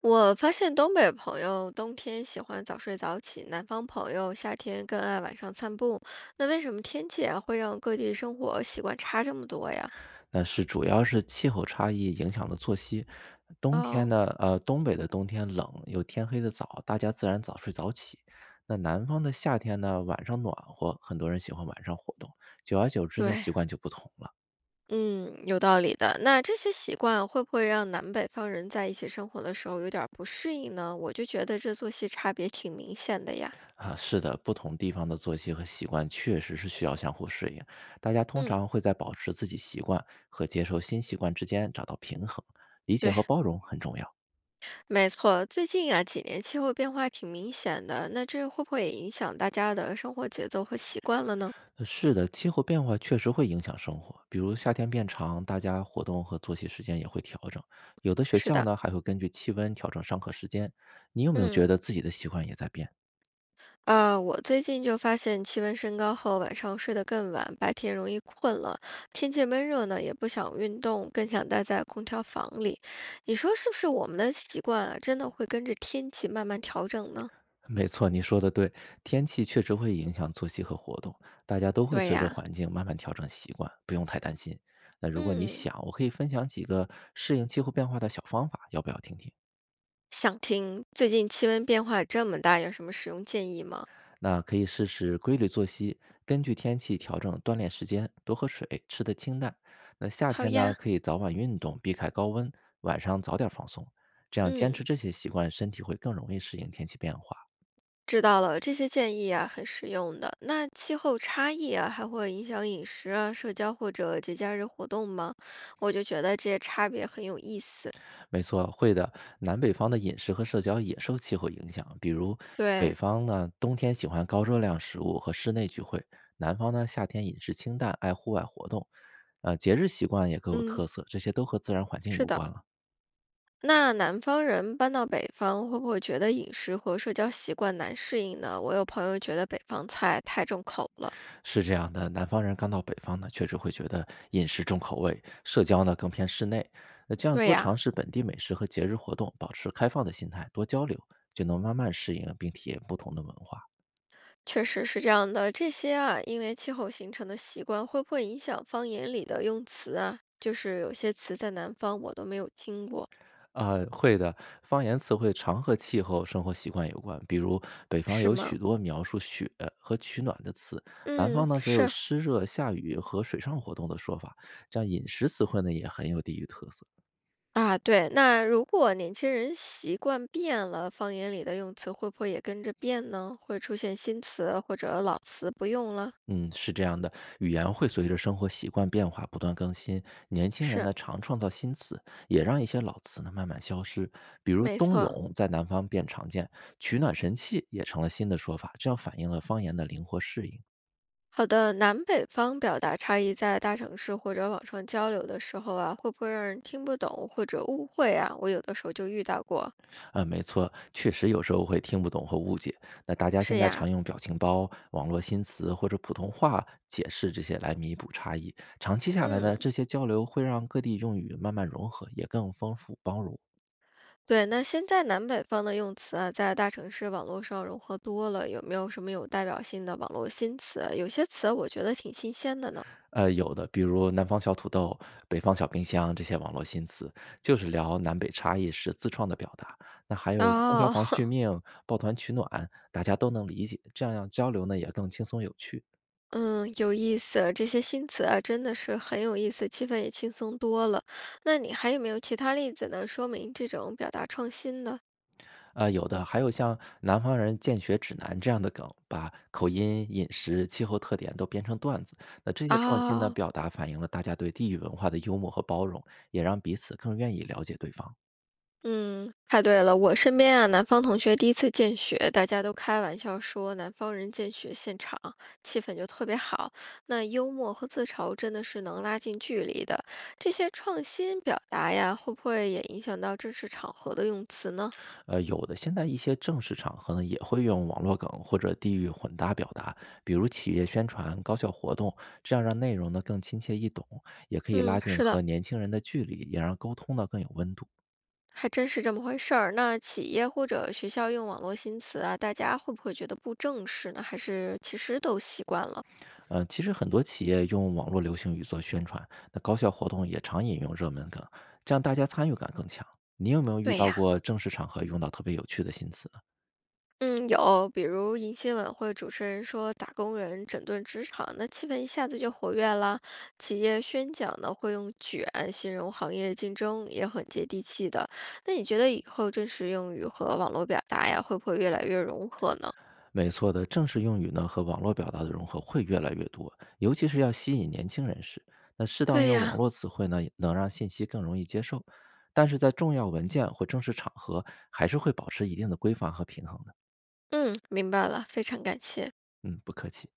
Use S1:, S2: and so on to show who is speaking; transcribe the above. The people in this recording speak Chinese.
S1: 我发现东北朋友冬天喜欢早睡早起，南方朋友夏天更爱晚上散步。那为什么天气啊会让各地生活习惯差这么多呀？
S2: 那主要是气候差异影响了作息。冬天
S1: 哦，
S2: 呢，东北的冬天冷，又天黑的早，大家自然早睡早起。那南方的夏天呢，晚上暖和，很多人喜欢晚上活动。久而久之呢，
S1: 对，
S2: 习惯就不同了。
S1: 嗯，有道理的。那这些习惯会不会让南北方人在一起生活的时候有点儿不适应呢？我就觉得这作息差别挺明显的呀。
S2: 啊，是的，不同地方的作息和习惯确实是需要相互适应。大家通
S1: 嗯，
S2: 常会在保持自己习惯和接受新习惯之间找到平衡，理解
S1: 对，
S2: 和包容很重要。
S1: 没错。最近啊几年气候变化挺明显的，那这会不会也影响大家的生活节奏和习惯了呢？
S2: 是的，气候变化确实会影响生活，比如夏天变长，大家活动和作息时间也会调整。有的学
S1: 是
S2: 校
S1: 的，
S2: 呢，还会根据气温调整上课时间。你有没有觉
S1: 嗯。
S2: 得自己的习惯也在变？
S1: 我最近就发现气温升高后，晚上睡得更晚，白天容易困了。天气闷热呢，也不想运动，更想待在空调房里。你说是不是我们的习惯啊，真的会跟着天气慢慢调整呢？
S2: 没错，你说的对，天气确实会影响作息和活动，大家都会
S1: 对
S2: 随着
S1: 呀，
S2: 环境慢慢调整习惯，不用太担心。那如果你
S1: 嗯，
S2: 想，我可以分享几个适应气候变化的小方法，要不要听听？
S1: 想听。最近气温变化这么大，有什么使用建议吗？
S2: 那可以试试规律作息，根据天气调整锻炼时间，多喝水，吃的清淡。那夏
S1: 好
S2: 天呢，
S1: 呀，
S2: 可以早晚运动，避开高温，晚上早点放松。这样坚
S1: 嗯。
S2: 持这些习惯，身体会更容易适应天气变化。
S1: 知道了，这些建议啊很实用的。那气候差异啊还会影响饮食啊、社交或者节假日活动吗？我就觉得这些差别很有意思。
S2: 没错，会的。南北方的饮食和社交也受气候影响，比如北
S1: 对，
S2: 方呢，冬天喜欢高热量食物和室内聚会；南方呢，夏天饮食清淡，爱户外活动。节日习惯也各有
S1: 嗯，
S2: 特色，这些都和自然环境
S1: 是
S2: 有
S1: 的。
S2: 关了。
S1: 那南方人搬到北方，会不会觉得饮食和社交习惯难适应呢？我有朋友觉得北方菜太重口了。
S2: 是这样的，南方人刚到北方呢，确实会觉得饮食重口味，社交呢更偏室内。那这样
S1: 对
S2: 多
S1: 呀，
S2: 尝试本地美食和节日活动，保持开放的心态，多交流，就能慢慢适应并体验不同的文化。
S1: 确实是这样的。这些啊，因为气候形成的习惯，会不会影响方言里的用词啊？就是有些词在南方我都没有听过，
S2: 啊，会的，方言词汇常和气候、生活习惯有关。比如北方
S1: 是
S2: 有
S1: 吗？
S2: 许多描述雪和取暖的词，南方
S1: 嗯，
S2: 呢则有
S1: 是。
S2: 湿热、下雨和水上活动的说法。这样饮食词汇呢也很有地域特色。
S1: 啊，对，那如果年轻人习惯变了，方言里的用词会不会也跟着变呢？会出现新词或者老词不用了？
S2: 嗯，是这样的，语言会随着生活习惯变化不断更新。年轻人
S1: 是，
S2: 呢，常创造新词，也让一些老词呢慢慢消失。比如
S1: 没
S2: “冬
S1: 错。
S2: 泳”在南方变常见，“取暖神器”也成了新的说法，这样反映了方言的灵活适应。
S1: 好的，南北方表达差异在大城市或者网上交流的时候啊，会不会让人听不懂或者误会啊？我有的时候就遇到过。
S2: 啊、没错，确实有时候会听不懂和误解。那大家
S1: 是
S2: 现在常
S1: 呀，
S2: 用表情包、网络新词或者普通话解释这些来弥补差异。长期下来呢，
S1: 嗯。
S2: 这些交流会让各地用语慢慢融合，也更丰富包容。
S1: 对，那现在南北方的用词啊，在大城市网络上融合多了，有没有什么有代表性的网络新词啊？有些词我觉得挺新鲜的呢。
S2: 有的，比如南方小土豆、北方小冰箱这些网络新词，就是聊南北差异时自创的表达。那还有空调
S1: 哦，
S2: 房续命、抱团取暖，大家都能理解，这样让交流呢也更轻松有趣。
S1: 嗯，有意思，这些新词啊，真的是很有意思，气氛也轻松多了。那你还有没有其他例子呢？说明这种表达创新的？
S2: 有的还有像南方人建学指南这样的梗，把口音、饮食、气候特点都编成段子。那这些创新呢，
S1: 啊？
S2: 表达反映了大家对地域文化的幽默和包容，也让彼此更愿意了解对方。
S1: 嗯，太对了。我身边啊，南方同学第一次见雪，大家都开玩笑说南方人见雪现场，气氛就特别好。那幽默和自嘲真的是能拉近距离的。这些创新表达呀，会不会也影响到正式场合的用词呢？
S2: 有的现在一些正式场合呢，也会用网络梗或者地域混搭表达，比如企业宣传、高校活动，这样让内容呢更亲切易懂，也可以
S1: 嗯，
S2: 拉近
S1: 是的，
S2: 和年轻人的距离，也让沟通呢更有温度。
S1: 还真是这么回事儿。那企业或者学校用网络新词啊，大家会不会觉得不正式呢？还是其实都习惯了？
S2: 其实很多企业用网络流行语做宣传，那高校活动也常引用热门梗，这样大家参与感更强。你有没有遇
S1: 对
S2: 到
S1: 呀、
S2: 过正式场合用到特别有趣的新词？
S1: 嗯，有，比如迎新晚会，主持人说打工人整顿职场，那气氛一下子就活跃了。企业宣讲呢，会用“卷”形容行业竞争，也很接地气的。那你觉得以后正式用语和网络表达呀，会不会越来越融合呢？
S2: 没错的，正式用语呢和网络表达的融合会越来越多，尤其是要吸引年轻人士。那适当
S1: 对
S2: 用网
S1: 呀，
S2: 络词汇呢，也能让信息更容易接受，但是在重要文件或正式场合，还是会保持一定的规范和平衡的。
S1: 嗯，明白了，非常感谢。
S2: 嗯，不客气。